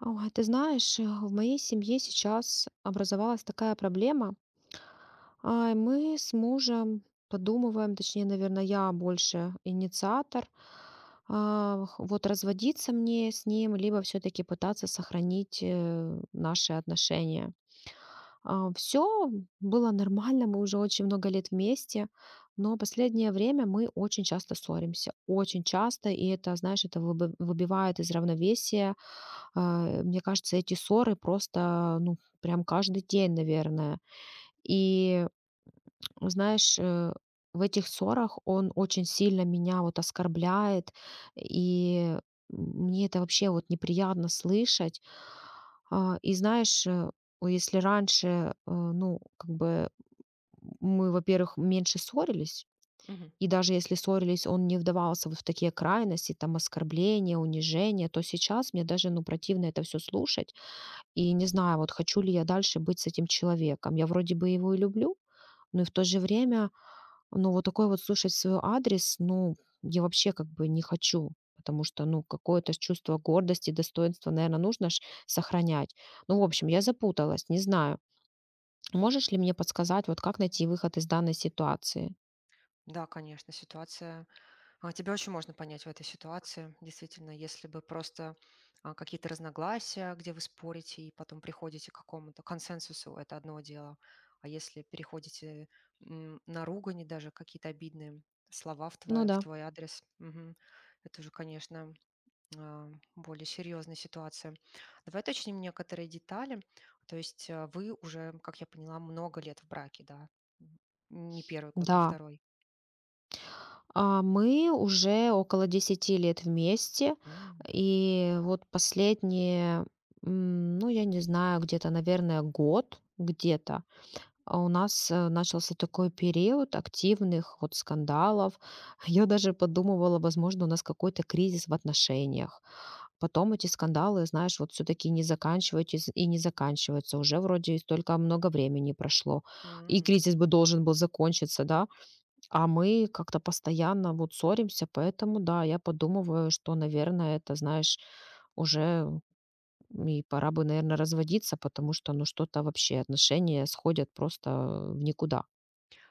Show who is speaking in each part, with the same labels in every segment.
Speaker 1: Ой, ты знаешь, в моей семье сейчас образовалась такая проблема. Мы с мужем подумываем, точнее, наверное, я больше инициатор, вот разводиться мне с ним, либо все-таки пытаться сохранить наши отношения. Все было нормально, мы уже очень много лет вместе, но последнее время мы очень часто ссоримся, очень часто, и это, знаешь, это выбивает из равновесия. Мне кажется, эти ссоры просто, ну, прям каждый день, наверное. И знаешь, в этих ссорах он очень сильно меня вот оскорбляет, и мне это вообще вот неприятно слышать. И знаешь, если раньше, ну, как бы мы, во-первых, меньше ссорились,
Speaker 2: Мгм.
Speaker 1: и даже если ссорились, он не вдавался вот в такие крайности, там оскорбления, унижения, то сейчас мне даже, ну, противно это все слушать. И не знаю, вот хочу ли я дальше быть с этим человеком. Я вроде бы его и люблю, но и в то же время, ну, вот такой вот слушать свой адрес, ну, я вообще как бы не хочу, потому что, ну, какое-то ж чувство гордости, достоинства, наверное, нужно ж сохранять. Ну, в общем, я запуталась, не знаю. Можешь ли мне подсказать, вот как найти выход из данной ситуации?
Speaker 2: Да, конечно, ситуация тебя очень можно понять в этой ситуации. Действительно, если бы просто какие-то разногласия, где вы спорите и потом приходите к какому-то консенсусу, это одно дело. А если переходите на ругань, и даже какие-то обидные слова
Speaker 1: Ну
Speaker 2: в
Speaker 1: да,
Speaker 2: твой адрес, мгм, это уже, конечно, а, более серьезная ситуация. Давай уточним некоторые детали. То есть вы уже, как я поняла, много лет в браке, да? М, не первый год, не
Speaker 1: да.
Speaker 2: второй.
Speaker 1: Мы уже около 10 лет вместе.
Speaker 2: М,
Speaker 1: И вот последние, ну, я не знаю, где-то, наверное, год, где-то, а у нас, начался такой период активных вот скандалов. Я даже подумывала, возможно, у нас какой-то кризис в отношениях. Потом эти скандалы, знаешь, вот все таки не заканчиваются и не заканчиваются. Уже вроде и столько много времени прошло, и
Speaker 2: м.
Speaker 1: кризис бы должен был закончиться, да? А мы как-то постоянно вот ссоримся, поэтому да, я подумываю, что, наверное, это, знаешь, уже и пора бы, наверное, разводиться, потому что, ну, что-то вообще отношения сходят просто в никуда.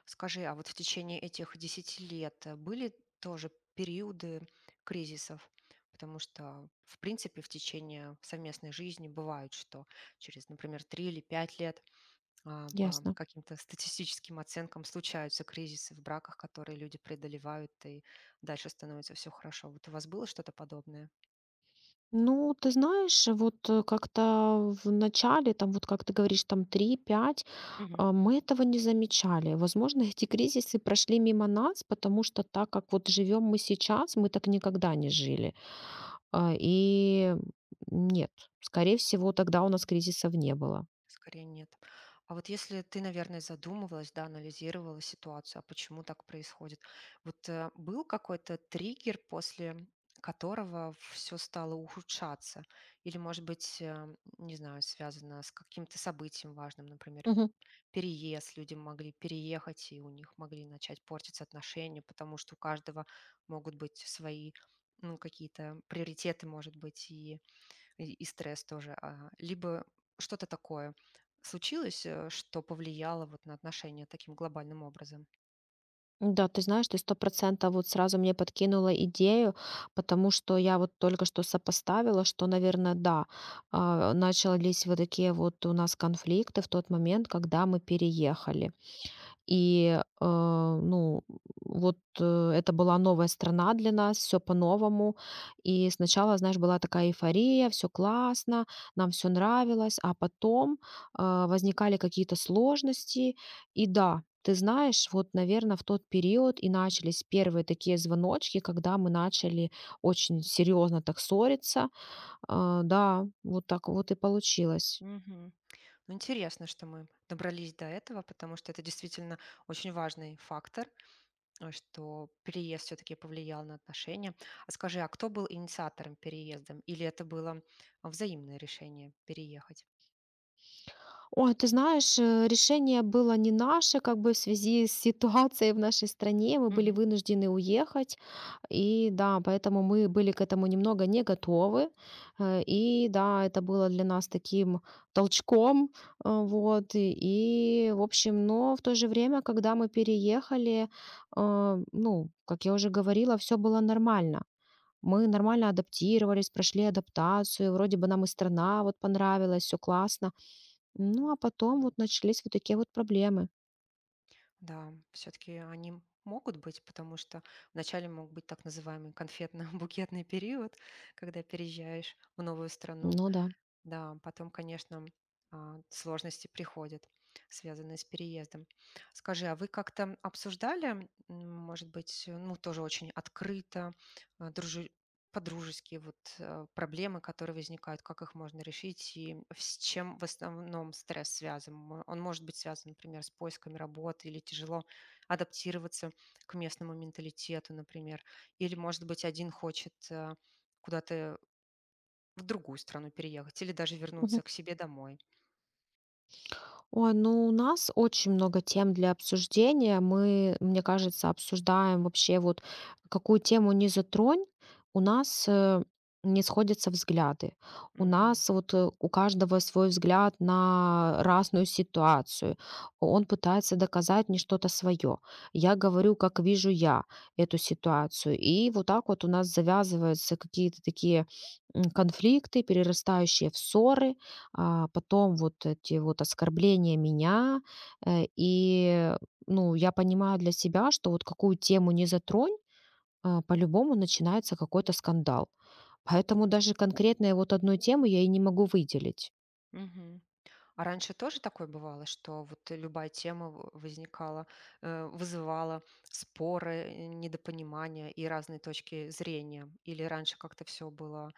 Speaker 2: Скажи, а вот в течение этих 10 лет, были тоже периоды кризисов? Потому что, в принципе, в течение совместной жизни бывает, что через, например, 3 или 5 лет, по
Speaker 1: Ясно.
Speaker 2: каким-то статистическим оценкам случаются кризисы в браках, которые люди преодолевают, и дальше становится все хорошо. Вот у вас было что-то подобное?
Speaker 1: Ну, ты знаешь, вот как-то в начале, там вот как ты говоришь, там три, пять, мы этого не замечали. Возможно, эти кризисы прошли мимо нас, потому что так как вот живем мы сейчас, мы так никогда не жили. А, И нет, скорее всего, тогда у нас кризисов не было.
Speaker 2: Скорее нет. А вот если ты, наверное, задумывалась, да, анализировала ситуацию, а почему так происходит, вот был какой-то триггер, после которого все стало ухудшаться? Или, может быть, не знаю, связано с каким-то событием важным, например,
Speaker 1: Мгм.
Speaker 2: переезд, люди могли переехать, и у них могли начать портиться отношения, потому что у каждого могут быть свои, ну, какие-то приоритеты, может быть, и и стресс тоже. А, либо что-то такое случилось, что повлияло вот на отношения таким глобальным образом.
Speaker 1: Да, ты знаешь, ты 100% вот сразу мне подкинула идею, потому что я вот только что сопоставила, что, наверное, да, начались вот такие вот у нас конфликты в тот момент, когда мы переехали. И, ну, вот, это была новая страна для нас, все по-новому. И сначала, знаешь, была такая эйфория, все классно, нам все нравилось, а потом, возникали какие-то сложности. И да, ты знаешь, вот, наверное в тот период и начались первые такие звоночки, когда мы начали очень серьезно так ссориться. Да, вот так вот и получилось.
Speaker 2: Мгм. Ну, интересно, что мы добрались до этого, потому что это действительно очень важный фактор, что переезд все-таки повлиял на отношения. А скажи, а кто был инициатором переезда? Или это было взаимное решение переехать?
Speaker 1: Ой, ты знаешь, решение было не наше, как бы в связи с ситуацией в нашей стране мы были вынуждены уехать, и да, поэтому мы были к этому немного не готовы, и да, это было для нас таким толчком, вот, и, в общем, но в то же время, когда мы переехали, ну, как я уже говорила, все было нормально. Мы нормально адаптировались, прошли адаптацию, вроде бы нам и страна вот понравилась, все классно, ну, а потом вот начались вот такие вот проблемы.
Speaker 2: Да, все-таки они могут быть, потому что вначале мог быть так называемый конфетно-букетный период, когда переезжаешь в новую страну,
Speaker 1: Ну да.
Speaker 2: да, потом, конечно, сложности приходят, связанные с переездом. Скажи, а вы как-то обсуждали, может быть, ну, тоже очень открыто, а, дружи- по-дружески, вот проблемы, которые возникают, как их можно решить и с чем в основном стресс связан? Он может быть связан, например, с поисками работы или тяжело адаптироваться к местному менталитету, например. Или, может быть, один хочет, куда-то в другую страну переехать или даже
Speaker 1: Мгм.
Speaker 2: вернуться к себе домой.
Speaker 1: Ой, ну у нас очень много тем для обсуждения. Мы, мне кажется, обсуждаем вообще вот какую тему не затронь, у нас не сходятся взгляды. У
Speaker 2: Мгм.
Speaker 1: нас вот у каждого свой взгляд на разную ситуацию. Он пытается доказать мне что-то свое. Я говорю, как вижу я эту ситуацию. И вот так вот у нас завязываются какие-то такие конфликты, перерастающие в ссоры. А потом вот эти вот оскорбления меня, и, ну, я понимаю для себя, что вот какую тему не затронь, по-любому начинается какой-то скандал. Поэтому даже конкретной вот одной темы я и не могу выделить.
Speaker 2: Мгм. А раньше тоже такое бывало, что вот любая тема в возникала, вызывала споры, недопонимания и разные точки зрения? Или раньше как-то все было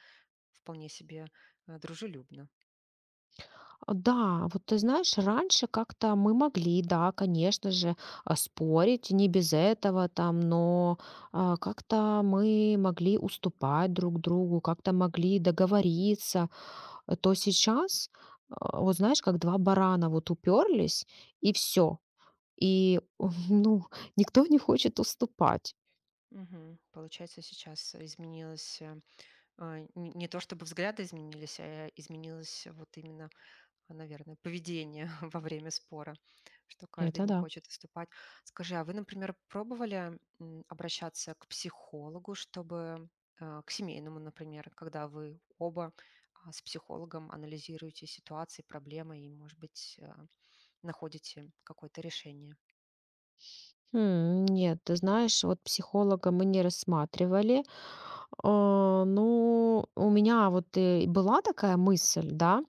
Speaker 2: вполне себе, дружелюбно?
Speaker 1: Да, вот ты знаешь, раньше как-то мы могли, да, конечно же, спорить, не без этого там, но как-то мы могли уступать друг другу, как-то могли договориться. То сейчас, вот знаешь, как 2 барана вот уперлись, и все. И, ну, никто не хочет уступать.
Speaker 2: Мгм. Получается, сейчас изменилось, не то чтобы взгляды изменились, а, изменилось вот именно, а, наверное, поведение во время спора, что каждый
Speaker 1: Это
Speaker 2: не
Speaker 1: да.
Speaker 2: хочет уступать. Скажи, а вы, например, пробовали, обращаться к психологу, чтобы, к семейному, например, когда вы оба, с психологом анализируете ситуации, проблемы и, может быть, находите какое-то решение?
Speaker 1: Хм, нет, ты знаешь, вот психолога мы не рассматривали. Ну, у меня вот и была такая мысль, да.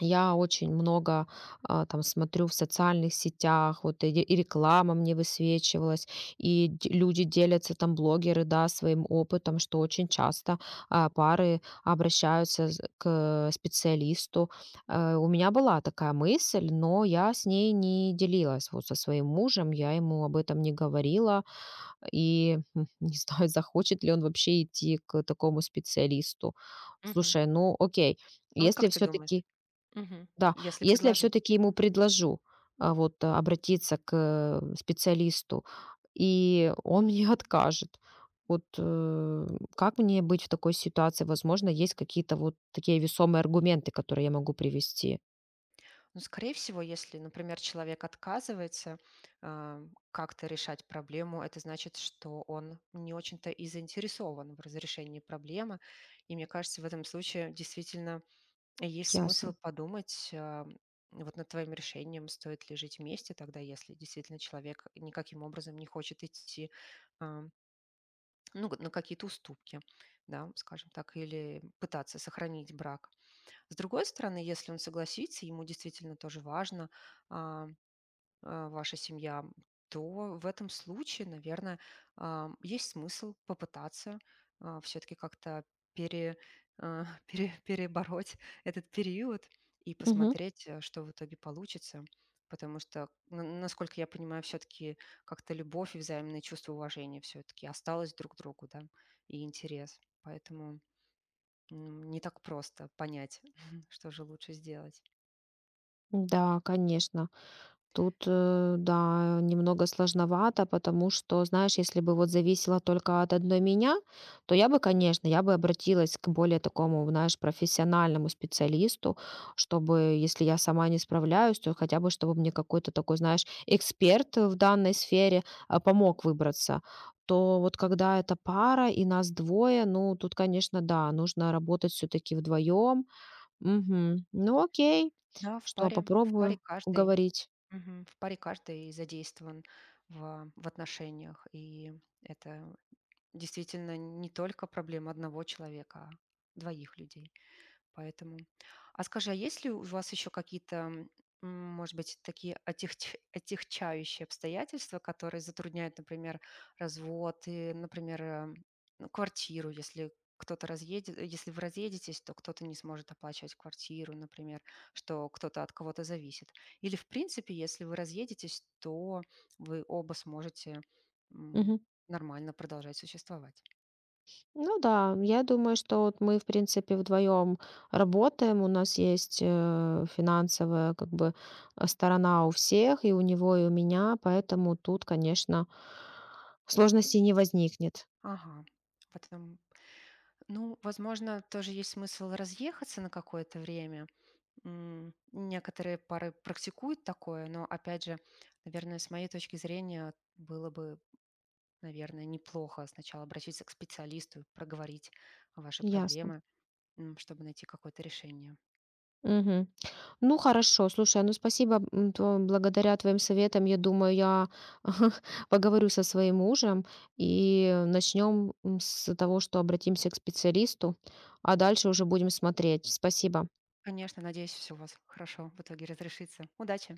Speaker 1: Я очень много там смотрю в социальных сетях, вот и, и реклама мне высвечивалась, и люди делятся там блогеры, да, своим опытом, что очень часто пары обращаются к специалисту. У меня была такая мысль, но я с ней не делилась вот со своим мужем, я ему об этом не говорила, и не знаю, захочет ли он вообще идти к такому специалисту.
Speaker 2: Мгм.
Speaker 1: Слушай, ну окей,
Speaker 2: А вот как
Speaker 1: если
Speaker 2: ты думаешь,
Speaker 1: все-таки
Speaker 2: мгм,
Speaker 1: да,
Speaker 2: если
Speaker 1: если я все
Speaker 2: предложить?
Speaker 1: таки ему предложу, вот, обратиться к, специалисту, и он мне откажет, вот, как мне быть в такой ситуации? Возможно, есть какие-то вот такие весомые аргументы, которые я могу привести.
Speaker 2: Ну, скорее всего, если, например, человек отказывается, а, как-то решать проблему, это значит, что он не очень-то и заинтересован в разрешении проблемы. И мне кажется, в этом случае действительно есть смысл
Speaker 1: Ясно.
Speaker 2: подумать, вот над твоим решением, стоит ли жить вместе тогда, если действительно человек никаким образом не хочет идти, а, ну, на какие-то уступки, да, скажем так, или пытаться сохранить брак. С другой стороны, если он согласится, ему действительно тоже важно, а, ваша семья, то в этом случае, наверное, есть смысл попытаться все-таки как-то пере, перебороть этот период и
Speaker 1: Мгм.
Speaker 2: посмотреть, что в итоге получится. Потому что, насколько я понимаю, все-таки как-то любовь и взаимное чувство уважения все-таки осталось друг к другу, да, и интерес. Поэтому м, не так просто понять, что же лучше сделать.
Speaker 1: Да, конечно. Тут, да, немного сложновато, потому что, знаешь, если бы вот зависело только от одной меня, то я бы, конечно, я бы обратилась к более такому, знаешь, профессиональному специалисту, чтобы, если я сама не справляюсь, то хотя бы, чтобы мне какой-то такой, знаешь, эксперт в данной сфере помог выбраться. То вот когда это пара и нас двое, ну, тут, конечно, да, нужно работать все-таки вдвоем. Мгм. Ну, окей,
Speaker 2: Да, в
Speaker 1: что
Speaker 2: паре в паре
Speaker 1: попробую
Speaker 2: каждый,
Speaker 1: уговорить.
Speaker 2: мгм, в паре каждый задействован в отношениях, и это действительно не только проблема одного человека, а двоих людей. Поэтому. А скажи, а есть ли у вас еще какие-то, может быть, такие отягчающие обстоятельства, которые затрудняют, например, развод и, например, ну, квартиру, если кто-то разъедет, если вы разъедетесь, то кто-то не сможет оплачивать квартиру, например, что кто-то от кого-то зависит. Или, в принципе, если вы разъедетесь, то вы оба сможете, м,
Speaker 1: Мгм.
Speaker 2: нормально продолжать существовать.
Speaker 1: Ну да, я думаю, что вот мы, в принципе, вдвоем работаем. У нас есть финансовая как бы сторона у всех, и у него, и у меня, поэтому тут, конечно, сложностей не возникнет.
Speaker 2: Ага. Потом. Ну, возможно, тоже есть смысл разъехаться на какое-то время. М, некоторые пары практикуют такое, но, опять же, наверное, с моей точки зрения было бы, наверное, неплохо сначала обратиться к специалисту, проговорить ваши
Speaker 1: Ясно.
Speaker 2: проблемы, чтобы найти какое-то решение.
Speaker 1: Мгм. Ну хорошо, слушай, ну спасибо, то благодаря твоим советам, я думаю, я поговорю со своим мужем и начнем с того, что обратимся к специалисту, а дальше уже будем смотреть. Спасибо.
Speaker 2: Конечно, надеюсь, все у вас хорошо в итоге разрешится. Удачи!